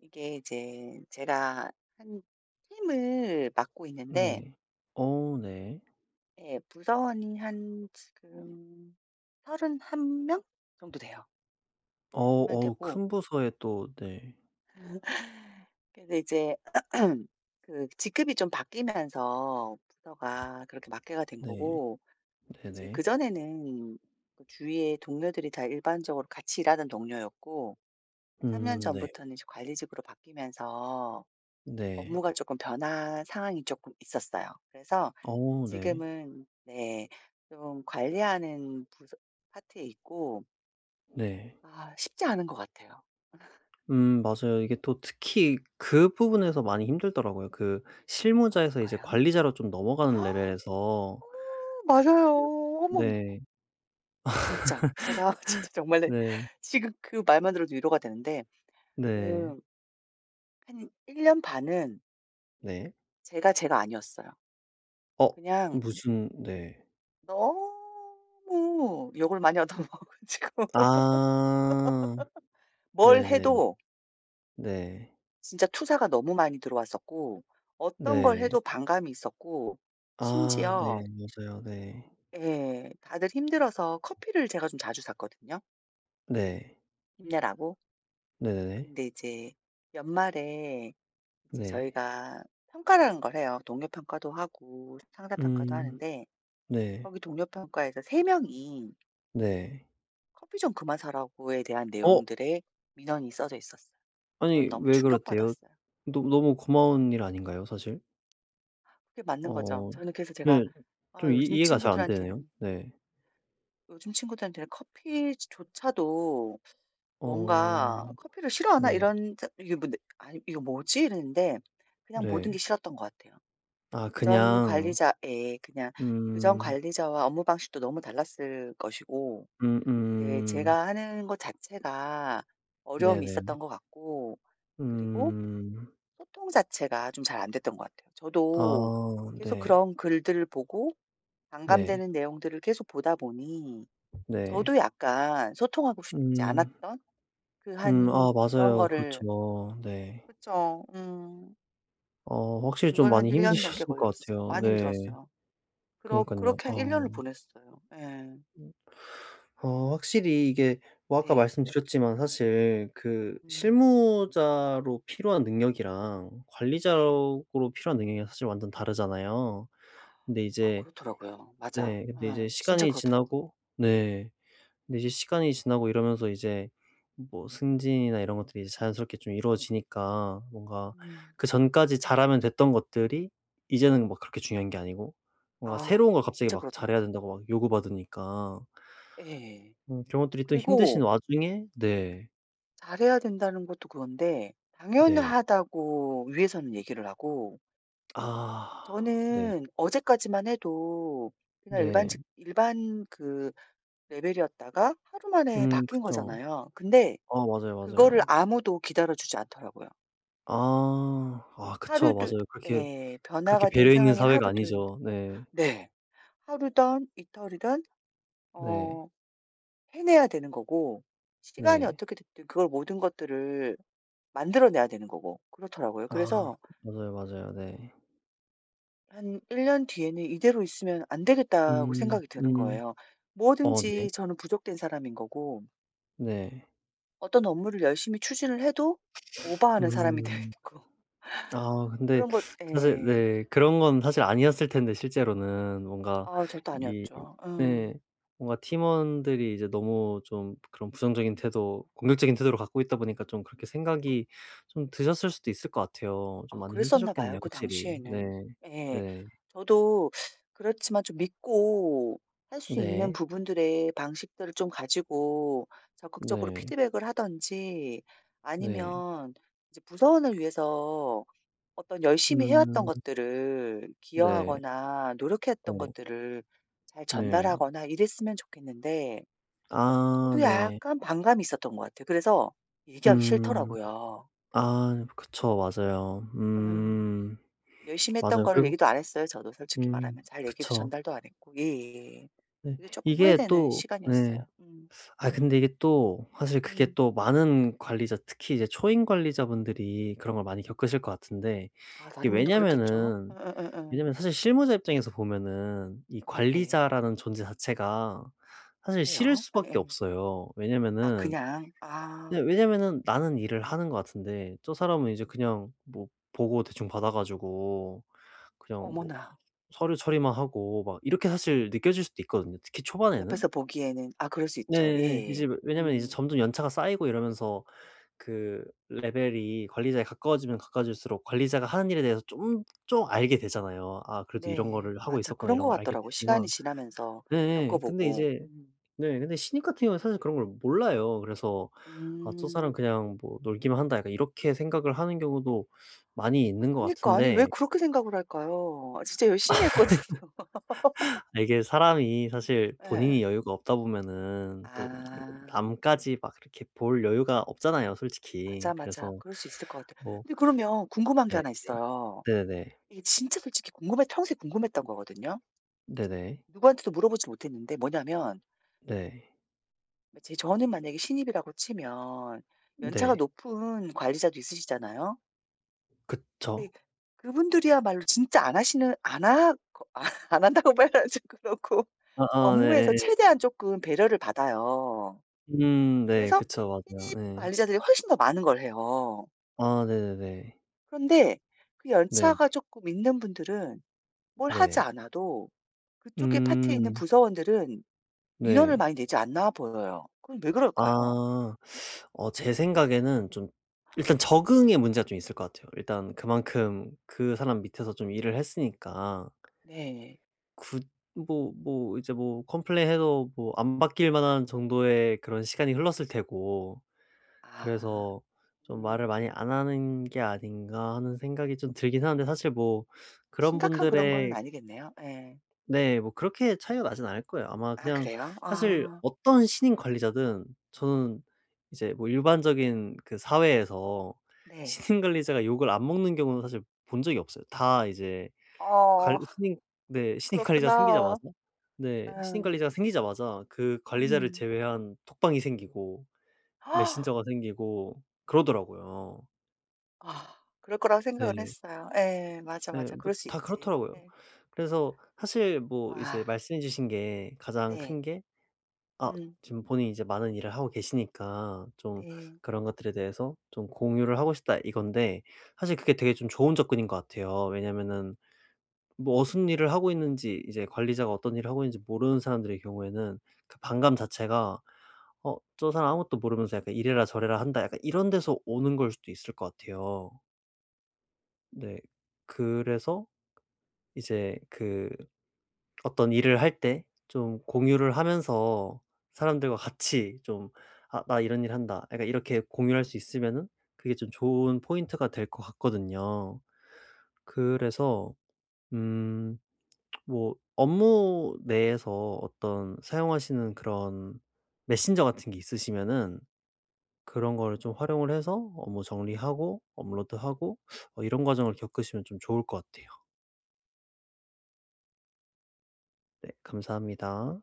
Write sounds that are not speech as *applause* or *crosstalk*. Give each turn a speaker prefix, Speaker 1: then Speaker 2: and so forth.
Speaker 1: 이게 이제 제가 한 팀을 맡고 있는데
Speaker 2: 네. 어 네.
Speaker 1: 예 부서원이 한 지금 31명 정도 돼요.
Speaker 2: 어
Speaker 1: 한 명
Speaker 2: 어우
Speaker 1: 되고
Speaker 2: 큰 부서에 또 네.
Speaker 1: 그래서 이제 *clears throat* 그 직급이 좀 바뀌면서 부서가 그렇게 맡게가 된
Speaker 2: 네.
Speaker 1: 거고 이제
Speaker 2: 네네.
Speaker 1: 그전에는 그 주위에 동료들이 다 일반적으로 같이 일하던 동료였고 한 3 년
Speaker 2: 네.
Speaker 1: 전부터는 이제 관리직으로 바뀌면서
Speaker 2: 네.
Speaker 1: 업무가 조금 변화 상황이 조금 있었어요. 그래서
Speaker 2: 어 네.
Speaker 1: 지금은 네. 좀 관리하는 부서 파트에 있고
Speaker 2: 네.
Speaker 1: 아 쉽지 않은 것 같아요.
Speaker 2: 맞아요. 이게 또 특히 그 부분에서 많이 힘들더라고요. 그 실무자에서 이제
Speaker 1: 어떤가요?
Speaker 2: 관리자로 좀 넘어가는
Speaker 1: 어
Speaker 2: 레벨에서 그
Speaker 1: 맞아요. 어머
Speaker 2: 네.
Speaker 1: 진짜 제가 *laughs* 진짜 정말
Speaker 2: 네.
Speaker 1: 지금 그 말만 들어도 위로가 되는데
Speaker 2: 네.
Speaker 1: 그 한 1년 반은
Speaker 2: 네.
Speaker 1: 제가 아니었어요.
Speaker 2: 어
Speaker 1: 그냥
Speaker 2: 무슨 네.
Speaker 1: 너무 욕을 많이 얻어먹어 가지고 *laughs*
Speaker 2: 아.
Speaker 1: 뭘
Speaker 2: 네네.
Speaker 1: 해도
Speaker 2: 네.
Speaker 1: 진짜 투사가 너무 많이 들어왔었고 어떤 걸
Speaker 2: 네.
Speaker 1: 해도 반감이 있었고
Speaker 2: 아
Speaker 1: 심지어
Speaker 2: 네. 맞아요. 네.
Speaker 1: 예. 다들 힘들어서 커피를 제가 좀 자주 샀거든요,
Speaker 2: 네.
Speaker 1: 힘내라고.
Speaker 2: 네네네.
Speaker 1: 근데 이제 연말에 이제
Speaker 2: 네.
Speaker 1: 저희가 평가라는 걸 해요. 동료 평가도 하고 상사 평가도
Speaker 2: 음.
Speaker 1: 하는데
Speaker 2: 네.
Speaker 1: 거기 동료 평가에서 3 명이
Speaker 2: 네.
Speaker 1: "커피 좀 그만 사라."고에 대한
Speaker 2: 어
Speaker 1: 내용들의 민원이 써져 있었어요. 저는
Speaker 2: 아니
Speaker 1: 너무
Speaker 2: 왜 그렇대요?
Speaker 1: 충격받았어요.
Speaker 2: 너 너무 고마운 일 아닌가요 사실?
Speaker 1: 그게 맞는 거죠.
Speaker 2: 어
Speaker 1: 저는 그래서 제가
Speaker 2: 네.
Speaker 1: '아
Speaker 2: 좀 이
Speaker 1: 요즘
Speaker 2: 이해가 잘 안 되네요.
Speaker 1: 친구들한테는'
Speaker 2: 네.
Speaker 1: 요즘 친구들한테는 커피조차도
Speaker 2: 어
Speaker 1: 뭔가 '커피를 싫어하나?'
Speaker 2: 네.
Speaker 1: 이런 자 이게 뭐? 네, 아니 '이거 뭐지?' 이랬는데 그냥 모든 게
Speaker 2: 네.
Speaker 1: 싫었던 것 같아요.
Speaker 2: 아
Speaker 1: 그전
Speaker 2: 그냥
Speaker 1: 관리자의 그냥 그전
Speaker 2: 음.
Speaker 1: 관리자와 업무 방식도 너무 달랐을 것이고 네
Speaker 2: 음음.
Speaker 1: 제가 하는 것 자체가 어려움이
Speaker 2: 네네.
Speaker 1: 있었던 것 같고 그리고
Speaker 2: 음.
Speaker 1: 소통 자체가 좀 잘 안 됐던 것 같아요. 저도
Speaker 2: 아
Speaker 1: 계속
Speaker 2: 네.
Speaker 1: 그런 글들을 보고 반감되
Speaker 2: 네.
Speaker 1: 는 내용들을 계속 보다 보니
Speaker 2: 네.
Speaker 1: 저도 약간 소통하고 싶지
Speaker 2: 음.
Speaker 1: 않았던 그 한
Speaker 2: 아
Speaker 1: 그런
Speaker 2: 맞아요.
Speaker 1: 거를
Speaker 2: 그렇죠. 네.
Speaker 1: 그쵸. 음.
Speaker 2: 어 확실히 좀
Speaker 1: 그걸 한
Speaker 2: 많이
Speaker 1: 1년 넘게
Speaker 2: 힘드셨을 것
Speaker 1: 걸렸어요.
Speaker 2: 같아요.
Speaker 1: 많이
Speaker 2: 네.
Speaker 1: 힘들었어요.
Speaker 2: 그니깐요.
Speaker 1: 그렇게 한 1
Speaker 2: 어.
Speaker 1: 년을 보냈어요. 예.
Speaker 2: 어 확실히 이게 뭐 아까
Speaker 1: 네.
Speaker 2: 말씀드렸지만 사실 그
Speaker 1: 음.
Speaker 2: 실무자로 필요한 능력이랑
Speaker 1: 네.
Speaker 2: 관리자로 필요한 능력이 사실 완전 다르잖아요. 근데
Speaker 1: 아
Speaker 2: 이제
Speaker 1: 그렇더라고요. 맞아.
Speaker 2: 네 근데 이제
Speaker 1: 아 진짜
Speaker 2: 시간이
Speaker 1: 그렇더라고요.
Speaker 2: 지나고 네. 근데 이제 시간이 지나고 이러면서 이제 뭐 승진이나 이런 것들이 이제 자연스럽게 좀 이루어지니까 뭔가
Speaker 1: 음.
Speaker 2: 그전까지 잘하면 됐던 것들이 이제는 막 그렇게 중요한 게 아니고 뭔가 새로운
Speaker 1: 아
Speaker 2: 걸 갑자기
Speaker 1: 진짜
Speaker 2: 막 잘해야
Speaker 1: 그렇더라고요.
Speaker 2: 된다고 막 요구받으니까
Speaker 1: 예.
Speaker 2: 그런 것들이 또 힘드신
Speaker 1: 그리고
Speaker 2: 와중에 네.
Speaker 1: 잘해야 된다는 것도 그건데
Speaker 2: 네.
Speaker 1: 당연하다고 위에서는 얘기를 하고
Speaker 2: 아 네.
Speaker 1: 저는 어제까지만 해도 그냥
Speaker 2: 네.
Speaker 1: 일반직 일반 그 레벨이었다가 하루 만에 바뀐
Speaker 2: 그쵸.
Speaker 1: 거잖아요. 근데
Speaker 2: 아 맞아요,
Speaker 1: 그거를
Speaker 2: 맞아요.
Speaker 1: 아무도 기다려 주지 않더라고요.
Speaker 2: 아. 아 그쵸.
Speaker 1: 하루든
Speaker 2: 맞아요. 그렇게
Speaker 1: 예.
Speaker 2: 그렇게
Speaker 1: 변화가 된
Speaker 2: 배려 있는
Speaker 1: 상황이
Speaker 2: 사회가
Speaker 1: 하루든
Speaker 2: 아니죠. 네.
Speaker 1: 네. 하루든 이틀이든
Speaker 2: 네.
Speaker 1: 어 해내야 되는 거고 시간이
Speaker 2: 네.
Speaker 1: 어떻게 됐든 그걸 모든 것들을 만들어 내야 되는 거고 그렇더라고요.
Speaker 2: 아
Speaker 1: 그래서
Speaker 2: 맞아요, 맞아요. 네.
Speaker 1: 한 1년 뒤에는 '이대로 있으면 안 되겠다.'고
Speaker 2: 음.
Speaker 1: 생각이 드는
Speaker 2: 음.
Speaker 1: 거예요.
Speaker 2: 어 네.
Speaker 1: 뭐든지 저는 부족된 사람인 거고
Speaker 2: 네.
Speaker 1: 어떤 업무를 열심히 추진을 해도 오버하는 사람이 되어
Speaker 2: 음.
Speaker 1: 있고 *laughs*
Speaker 2: 아 근데
Speaker 1: 그런 것
Speaker 2: 사실
Speaker 1: 예.
Speaker 2: 네 그런 건 사실 아니었을 텐데 실제로는 뭔가
Speaker 1: 아 절대
Speaker 2: 이
Speaker 1: 아니었죠.
Speaker 2: 네.
Speaker 1: 음.
Speaker 2: 뭔가 팀원들이 이제 너무 좀 그런 부정적인 태도 공격적인 태도를 갖고 있다 보니까 좀 그렇게 생각이 좀 드셨을 수도 있을 것 같아요. 좀
Speaker 1: 아
Speaker 2: 많이
Speaker 1: 그랬었나 봐요
Speaker 2: 힘드셨겠네요
Speaker 1: 그
Speaker 2: 확실히. 네.
Speaker 1: 당시에는. 예.
Speaker 2: 네.
Speaker 1: 저도 그렇지만 좀 믿고 할 수 있는
Speaker 2: 네.
Speaker 1: 부분들의 방식들을 좀 가지고 적극적으로
Speaker 2: 네.
Speaker 1: 피드백을 하든지
Speaker 2: 네.
Speaker 1: 아니면 이제 부서원을 위해서 어떤 열심히 해왔던
Speaker 2: 음.
Speaker 1: 것들을
Speaker 2: 네.
Speaker 1: 기여하거나 노력했던
Speaker 2: 네.
Speaker 1: 것들을 잘
Speaker 2: 네.
Speaker 1: 전달하거나 이랬으면 좋겠는데
Speaker 2: 아
Speaker 1: 저도
Speaker 2: 네.
Speaker 1: 약간 반감이 있었던 것 같아요. 그래서 얘기하기
Speaker 2: 음.
Speaker 1: 싫더라고요.
Speaker 2: 아 네. 그쵸. 맞아요.
Speaker 1: 음.
Speaker 2: 음.
Speaker 1: 열심히 했던
Speaker 2: 맞아요.
Speaker 1: 거를
Speaker 2: 그리고
Speaker 1: 얘기도 안 했어요. 저도 솔직히 말하면 잘 얘기도
Speaker 2: 그쵸.
Speaker 1: 전달도 안 했고. 예예.
Speaker 2: 네.
Speaker 1: 그게 조금
Speaker 2: 이게
Speaker 1: 후회되는
Speaker 2: 또 네.
Speaker 1: 시간이었어요. 음.
Speaker 2: 아 근데 이게 또 사실 그게
Speaker 1: 음.
Speaker 2: 또 많은 관리자 특히 이제 초임 관리자분들이 그런 걸 많이 겪으실 것 같은데
Speaker 1: 아
Speaker 2: 이게
Speaker 1: 다른 분도 그렇겠죠.
Speaker 2: 왜냐면은
Speaker 1: 응응응
Speaker 2: 왜냐면 사실 실무자 입장에서 보면은 이
Speaker 1: 네.
Speaker 2: 관리자라는 존재 자체가 사실 싫을
Speaker 1: 어때요?
Speaker 2: 수밖에
Speaker 1: 예예.
Speaker 2: 없어요.
Speaker 1: 아
Speaker 2: 왜냐면은
Speaker 1: 그냥.
Speaker 2: 네
Speaker 1: 아.
Speaker 2: 왜냐면은 나는 일을 하는 것 같은데 저 사람은 이제 그냥 뭐 보고 대충 받아 가지고 그냥 뭐
Speaker 1: 어머나.
Speaker 2: 서류 처리만 하고 막 이렇게 사실 느껴질 수도 있거든요, 특히 초반에는.
Speaker 1: 옆에서 보기에는 아 그럴 수
Speaker 2: 네.
Speaker 1: 있죠.
Speaker 2: 네, 네.
Speaker 1: 예
Speaker 2: 이제 왜냐면 이제 점점 연차가 쌓이고 이러면서 그 레벨이 관리자에 가까워지면 가까워질수록 관리자가 하는 일에 대해서 좀 알게 되잖아요. '아 그래도 이런
Speaker 1: 네.
Speaker 2: 거를 하고
Speaker 1: 맞아.
Speaker 2: 있었구나.'
Speaker 1: 그런
Speaker 2: 이런
Speaker 1: 것
Speaker 2: 걸 알게
Speaker 1: 같더라고요, 시간이
Speaker 2: 되지만
Speaker 1: 지나면서
Speaker 2: 네. 네. 근데
Speaker 1: 겪어보고.
Speaker 2: 이제
Speaker 1: 음.
Speaker 2: 네 근데 신입 같은 경우는 사실 그런 걸 몰라요. 그래서 '아 저 사람
Speaker 1: 음.
Speaker 2: 그냥 뭐 놀기만 한다.' 약간 이렇게 생각을 하는 경우도 많이
Speaker 1: 아
Speaker 2: 있는 것
Speaker 1: 그니까 아니 왜
Speaker 2: 같은데
Speaker 1: 그렇게 생각을 할까요? 아 진짜 열심히 했거든요.
Speaker 2: 아 이게 사람이 사실
Speaker 1: *laughs*
Speaker 2: 본인이
Speaker 1: 예.
Speaker 2: 여유가 없다 보면은 또 이
Speaker 1: 아.
Speaker 2: 남까지 막 이렇게 볼 여유가 없잖아요 솔직히.
Speaker 1: 맞아, 맞아.
Speaker 2: 그래서
Speaker 1: 그럴 수 있을 것 같아요.
Speaker 2: 뭐
Speaker 1: 근데 그러면 궁금한 게
Speaker 2: 네.
Speaker 1: 하나 있어요.
Speaker 2: 네네네.
Speaker 1: 이게 진짜 솔직히 궁금해 평소에 궁금했던 거거든요.
Speaker 2: 네네.
Speaker 1: 누구한테도 물어보지 못했는데 뭐냐면
Speaker 2: 네.
Speaker 1: 제 저는 만약에 신입이라고 치면 연차가
Speaker 2: 네,
Speaker 1: 높은 관리자도 있으시잖아요. 근데
Speaker 2: 그쵸.
Speaker 1: 그분들이야말로 진짜 안 하시는 안 하 거 아 *laughs* 안 한다고 말하면 좀 그렇고
Speaker 2: 아아 네 네
Speaker 1: 업무에서
Speaker 2: 네.
Speaker 1: 최대한 조금 배려를 받아요.
Speaker 2: 네.
Speaker 1: 그래서
Speaker 2: 그쵸. 맞아요.
Speaker 1: 신입
Speaker 2: 네.
Speaker 1: 관리자들이 훨씬 더 많은 걸 해요.
Speaker 2: 아 네네네.
Speaker 1: 그런데 그
Speaker 2: 네.
Speaker 1: 연차가 조금 있는 분들은 뭘 하지
Speaker 2: 네.
Speaker 1: 않아도 그쪽에 파트에 있는
Speaker 2: 음
Speaker 1: 부서원들은 민원을
Speaker 2: 네.
Speaker 1: 많이 내지 않나 보여요. 그건 왜 그럴까요?
Speaker 2: 아. 어 제 생각에는 좀
Speaker 1: 예.
Speaker 2: 일단
Speaker 1: 네.
Speaker 2: 적응의 문제가 좀 있을 것 같아요. 일단 그만큼 그 사람 밑에서 좀 일을 했으니까.
Speaker 1: 네.
Speaker 2: 굿 뭐 뭐 이제 뭐 컴플레인 해도 뭐 안 바뀔 만한 정도의 그런 시간이 흘렀을 테고
Speaker 1: 아.
Speaker 2: 그래서 좀
Speaker 1: 음,
Speaker 2: '말을 많이 안 하는 게 아닌가.' 하는 생각이 좀 들긴 하는데 사실 뭐 그런
Speaker 1: 심각한 그런 거는
Speaker 2: 분들의
Speaker 1: 아니겠네요. 네
Speaker 2: 네 뭐 그렇게 차이가 나진 않을 거예요. 아마
Speaker 1: 아
Speaker 2: 그냥
Speaker 1: 그래요?
Speaker 2: 사실
Speaker 1: 아.
Speaker 2: 어떤 신임 관리자든 저는 이제 뭐 일반적인 그 사회에서
Speaker 1: 네.
Speaker 2: *laughs* 신임 관리자가 욕을 안 먹는 경우는 사실 본 적이 없어요. 다 이제 관
Speaker 1: 어.
Speaker 2: 신임 네 신임 관리자가
Speaker 1: 그렇구나.
Speaker 2: 생기자마자
Speaker 1: 음,
Speaker 2: 그 관리자를
Speaker 1: 음.
Speaker 2: 제외한 톡방이 생기고 메신저가 생기고 그러더라고요.
Speaker 1: 아 그럴 거라고 생각은
Speaker 2: 네.
Speaker 1: 했어요. 예. 맞아,
Speaker 2: 네
Speaker 1: 맞아.
Speaker 2: 뭐
Speaker 1: 그럴 수
Speaker 2: 다
Speaker 1: 있지.
Speaker 2: 그렇더라고요.
Speaker 1: 예.
Speaker 2: 그래서 사실 뭐 이제
Speaker 1: 와.
Speaker 2: 말씀해 주신 게 가장
Speaker 1: 네.
Speaker 2: 큰 게 아
Speaker 1: 음.
Speaker 2: 지금 본인이 이제 많은 일을 하고 계시니까 좀
Speaker 1: 네.
Speaker 2: 그런 것들에 대해서 좀 공유를 하고 싶다 이건데 사실 그게 되게 좀 좋은 접근인 것 같아요. 왜냐면은 뭐 무슨 일을 하고 있는지 이제 관리자가 어떤 일을 하고 있는지 모르는 사람들의 경우에는 그 반감 자체가 '어 저 사람 아무것도 모르면서 약간 이래라 저래라 한다.' 약간 이런 데서 오는 걸 수도 있을 것 같아요. 네. 그래서 이제 그 어떤 일을 할 때 좀 공유를 하면서 사람들과 같이 좀 "아 나 이런 일 한다." 약간 이렇게 공유할 수 있으면은 그게 좀 좋은 포인트가 될 것 같거든요. 그래서 음 뭐 업무 내에서 어떤 사용하시는 그런 메신저 같은 게 있으시면은 그런 거를 좀 활용을 해서 업무 정리하고 업로드하고 어 이런 과정을 겪으시면 좀 좋을 것 같아요. 네 감사합니다.